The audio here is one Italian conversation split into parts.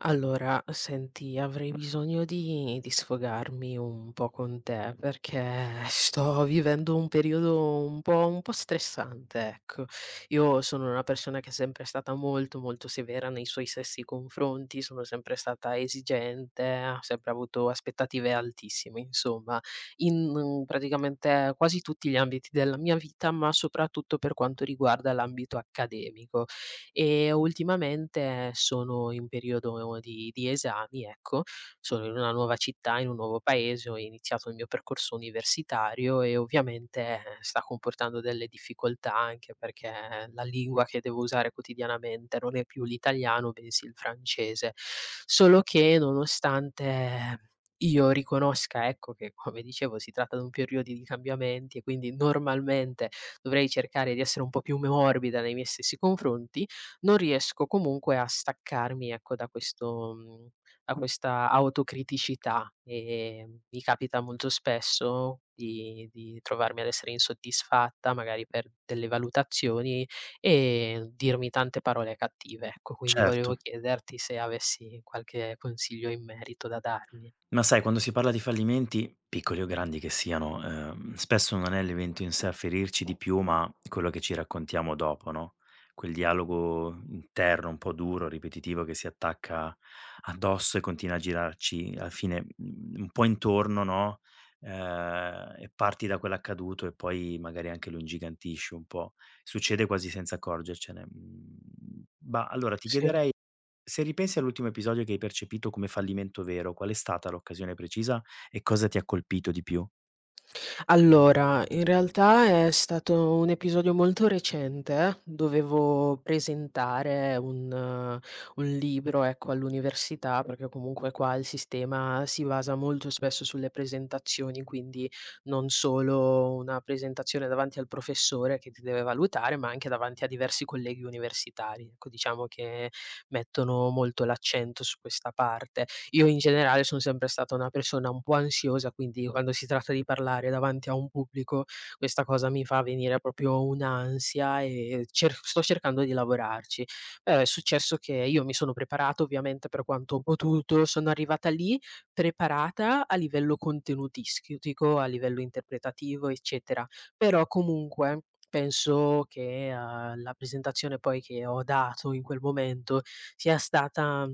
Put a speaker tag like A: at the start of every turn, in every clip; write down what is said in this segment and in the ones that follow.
A: Allora, senti, avrei bisogno di sfogarmi un po' con te perché sto vivendo un periodo un po' stressante, ecco. Io sono una persona che è sempre stata molto, molto severa nei suoi stessi confronti, sono sempre stata esigente, ha sempre avuto aspettative altissime, insomma, in praticamente quasi tutti gli ambiti della mia vita, ma soprattutto per quanto riguarda l'ambito accademico. E ultimamente sono in periodo di esami, ecco, sono in una nuova città, in un nuovo paese, ho iniziato il mio percorso universitario e ovviamente, sta comportando delle difficoltà anche perché la lingua che devo usare quotidianamente non è più l'italiano, bensì il francese. Solo che nonostante io riconosca, ecco, che come dicevo si tratta di un periodo di cambiamenti e quindi normalmente dovrei cercare di essere un po' più morbido nei miei stessi confronti, non riesco comunque a staccarmi, ecco, da questo, da questa autocriticità, mi capita molto spesso di trovarmi ad essere insoddisfatta, magari per delle valutazioni e dirmi tante parole cattive, ecco. Quindi
B: Certo,
A: volevo chiederti se avessi qualche consiglio in merito da darmi.
B: ma sai quando si parla di fallimenti, piccoli o grandi che siano, spesso non è l'evento in sé a ferirci di più, ma quello che ci raccontiamo dopo, no, quel dialogo interno un po' duro, ripetitivo che si attacca addosso e continua a girarci alla fine, un po' intorno, no, e parti da quell'accaduto e poi magari anche lo ingigantisci un po'. Succede quasi senza accorgercene. Allora ti
A: Sì.
B: chiederei, se ripensi all'ultimo episodio che hai percepito come fallimento vero, qual è stata l'occasione precisa e cosa ti ha colpito di più?
A: Allora, in realtà è stato un episodio molto recente, dovevo presentare un libro, ecco, all'università, perché comunque qua il sistema si basa molto spesso sulle presentazioni, quindi non solo una presentazione davanti al professore che ti deve valutare, ma anche davanti a diversi colleghi universitari. Ecco, diciamo che mettono molto l'accento su questa parte. Io in generale son sempre stata una persona un po' ansiosa, quindi quando si tratta di parlare davanti a un pubblico, questa cosa mi fa venire proprio un'ansia e cer sto cercando di lavorarci. È successo che io mi sono preparato ovviamente per quanto ho potuto, sono arrivata lì preparata a livello contenutistico, a livello interpretativo, eccetera, però comunque penso che, la presentazione poi che ho dato in quel momento sia stata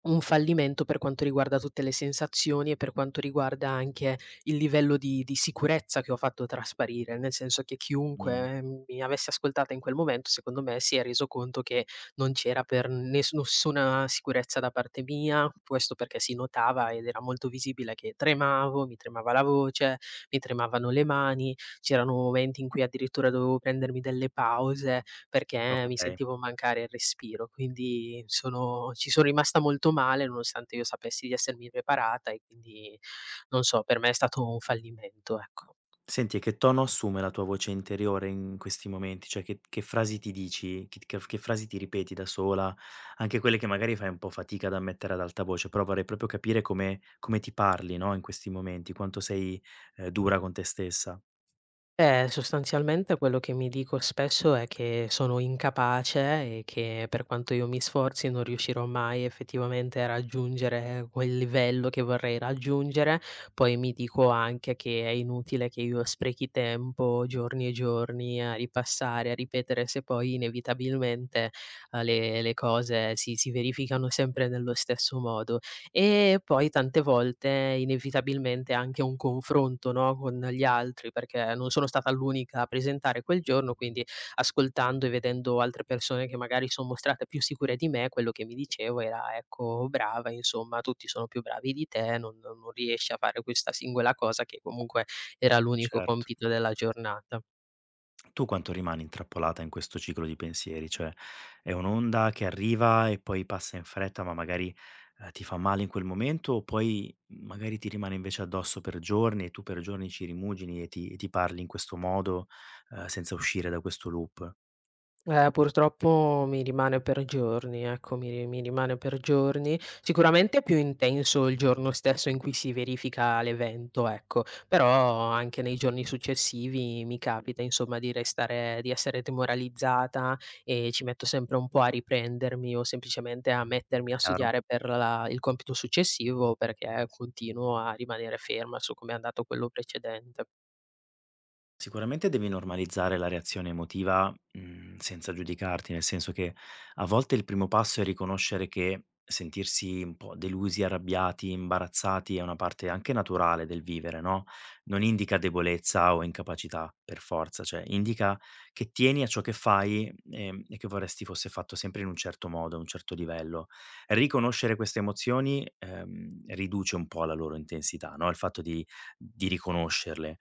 A: un fallimento per quanto riguarda tutte le sensazioni e per quanto riguarda anche il livello di sicurezza che ho fatto trasparire, nel senso che
B: Mh,
A: chiunque mi avesse ascoltata in quel momento, secondo me si è reso conto che non c'era per nessuna sicurezza da parte mia, questo perché si notava ed era molto visibile che tremavo, mi tremava la voce, mi tremavano le mani, c'erano momenti in cui addirittura dovevo prendermi delle pause perché mi
B: okay.
A: sentivo mancare il respiro. Quindi sono ci sono rimasta molto male nonostante io sapessi di essermi preparata e quindi, non so, per me è stato un fallimento, ecco.
B: Senti, e che tono assume la tua voce interiore in questi momenti? Cioè che frasi ti dici, che frasi ti ripeti da sola, anche quelle che magari fai un po' fatica ad ammettere ad alta voce, però vorrei proprio capire come ti parli, no, in questi momenti, quanto sei, dura con te stessa.
A: Sostanzialmente quello che mi dico spesso è che sono incapace e che per quanto io mi sforzi non riuscirò mai effettivamente a raggiungere quel livello che vorrei raggiungere. Poi mi dico anche che è inutile che io sprechi tempo giorni e giorni a ripassare, a ripetere se poi inevitabilmente le cose si verificano sempre nello stesso modo. E poi tante volte inevitabilmente anche un confronto, no, con gli altri, perché non sono stata l'unica a presentare quel giorno, quindi ascoltando e vedendo altre persone che magari son mostrate più sicure di me, quello che mi dicevo era: "Ecco, brava, insomma, tutti sono più bravi di te, non riesci a fare questa singola cosa", che comunque era l'unico
B: Cert
A: compito della giornata.
B: Tu quanto rimani intrappolata in questo ciclo di pensieri? Cioè, è un'onda che arriva e poi passa in fretta, ma magari, ti fa male in quel momento, o poi magari ti rimane invece addosso per giorni e tu per giorni ci rimugini e ti parli in questo modo, senza uscire da questo loop,
A: Purtroppo mi rimane per giorni, ecco, mi rimane per giorni. Sicuramente è più intenso il giorno stesso in cui si verifica l'evento, ecco, però anche nei giorni successivi mi capita insomma di restare di essere demoralizzata e ci metto sempre un po' a riprendermi o semplicemente a mettermi a
B: chiaro?
A: studiare per la il compito successivo, perché continuo a rimanere ferma su come è andato quello precedente.
B: Sicuramente devi normalizzare la reazione emotiva, senza giudicarti, nel senso che a volte il primo passo è riconoscere che sentirsi un po' delusi, arrabbiati, imbarazzati è una parte anche naturale del vivere, no, non indica debolezza o incapacità per forza, cioè indica che tieni a ciò che fai, e che vorresti fosse fatto sempre in un certo modo, a un certo livello. Riconoscere queste emozioni, riduce un po' la loro intensità, no, il fatto di riconoscerle.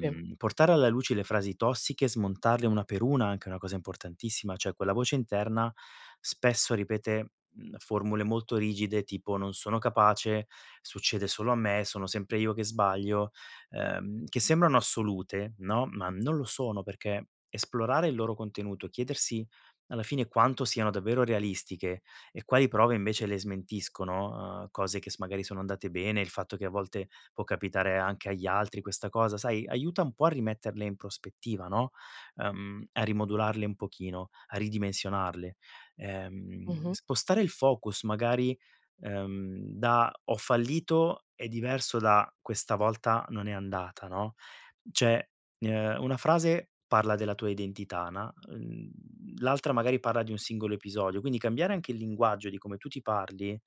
A: Sì.
B: Portare alla luce le frasi tossiche, smontarle una per una, anche è una cosa importantissima, cioè quella voce interna spesso ripete, formule molto rigide tipo: "Non sono capace, succede solo a me, sono sempre io che sbaglio", che sembrano assolute, no, ma non lo sono perché esplorare il loro contenuto, chiedersi alla fine quanto siano davvero realistiche e quali prove invece le smentiscono, cose che s magari sono andate bene, il fatto che a volte può capitare anche agli altri questa cosa, sai, aiuta un po' a rimetterle in prospettiva, no, a rimodularle un pochino, a ridimensionarle.
A: Mh-mh.
B: Spostare il focus magari, da: "Ho fallito" è diverso da: "Questa volta non è andata", no, cioè, una frase parla della tua identità, na l'altra magari parla di un singolo episodio, quindi cambiare anche il linguaggio di come tu ti parli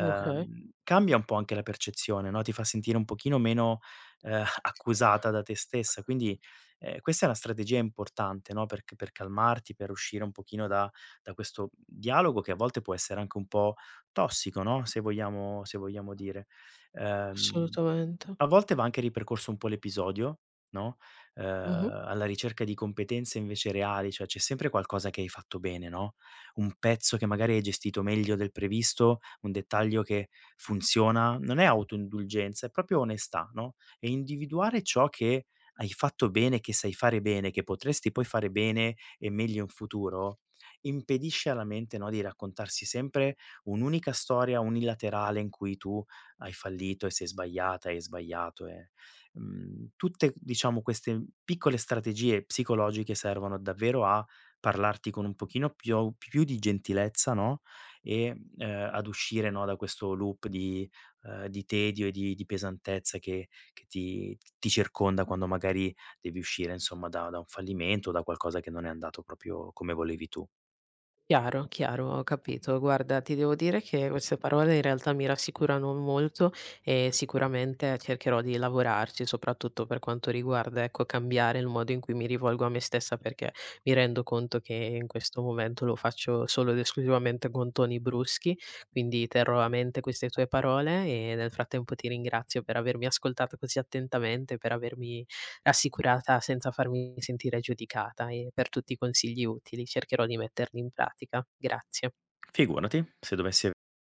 A: Okay.
B: cambia un po' anche la percezione, no, ti fa sentire un pochino meno, accusata da te stessa. Quindi, questa è una strategia importante, no, per calmarti, per uscire un pochino da questo dialogo che a volte può essere anche un po' tossico, no, se vogliamo dire. Ehm,
A: Assolutamente.
B: A volte va anche ripercorso un po' l'episodio, no,
A: Mh-mh.
B: alla ricerca di competenze invece reali, cioè c'è sempre qualcosa che hai fatto bene, no, un pezzo che magari hai gestito meglio del previsto, un dettaglio che funziona, non è autoindulgenza, è proprio onestà, no, e individuare ciò che hai fatto bene, che sai fare bene, che potresti poi fare bene e meglio in futuro, impedisce alla mente, no, di raccontarsi sempre un'unica storia unilaterale in cui tu hai fallito e sei sbagliata, hai sbagliato e, tutte diciamo queste piccole strategie psicologiche servono davvero a parlarti con un pochino più di gentilezza, no, e, ad uscire, no, da questo loop di tedio e di pesantezza che ti circonda quando magari devi uscire insomma da un fallimento o da qualcosa che non è andato proprio come volevi tu.
A: Chiaro, chiaro, ho capito. Guarda, ti devo dire che queste parole in realtà mi rassicurano molto e sicuramente cercherò di lavorarci, soprattutto per quanto riguarda, ecco, cambiare il modo in cui mi rivolgo a me stessa, perché mi rendo conto che in questo momento lo faccio solo ed esclusivamente con toni bruschi, quindi terrò a mente queste tue parole e nel frattempo ti ringrazio per avermi ascoltato così attentamente, per avermi assicurata senza farmi sentire giudicata e per tutti i consigli utili. Cercherò di metterli in pratica. Grazie.
B: Figurati, se dovessi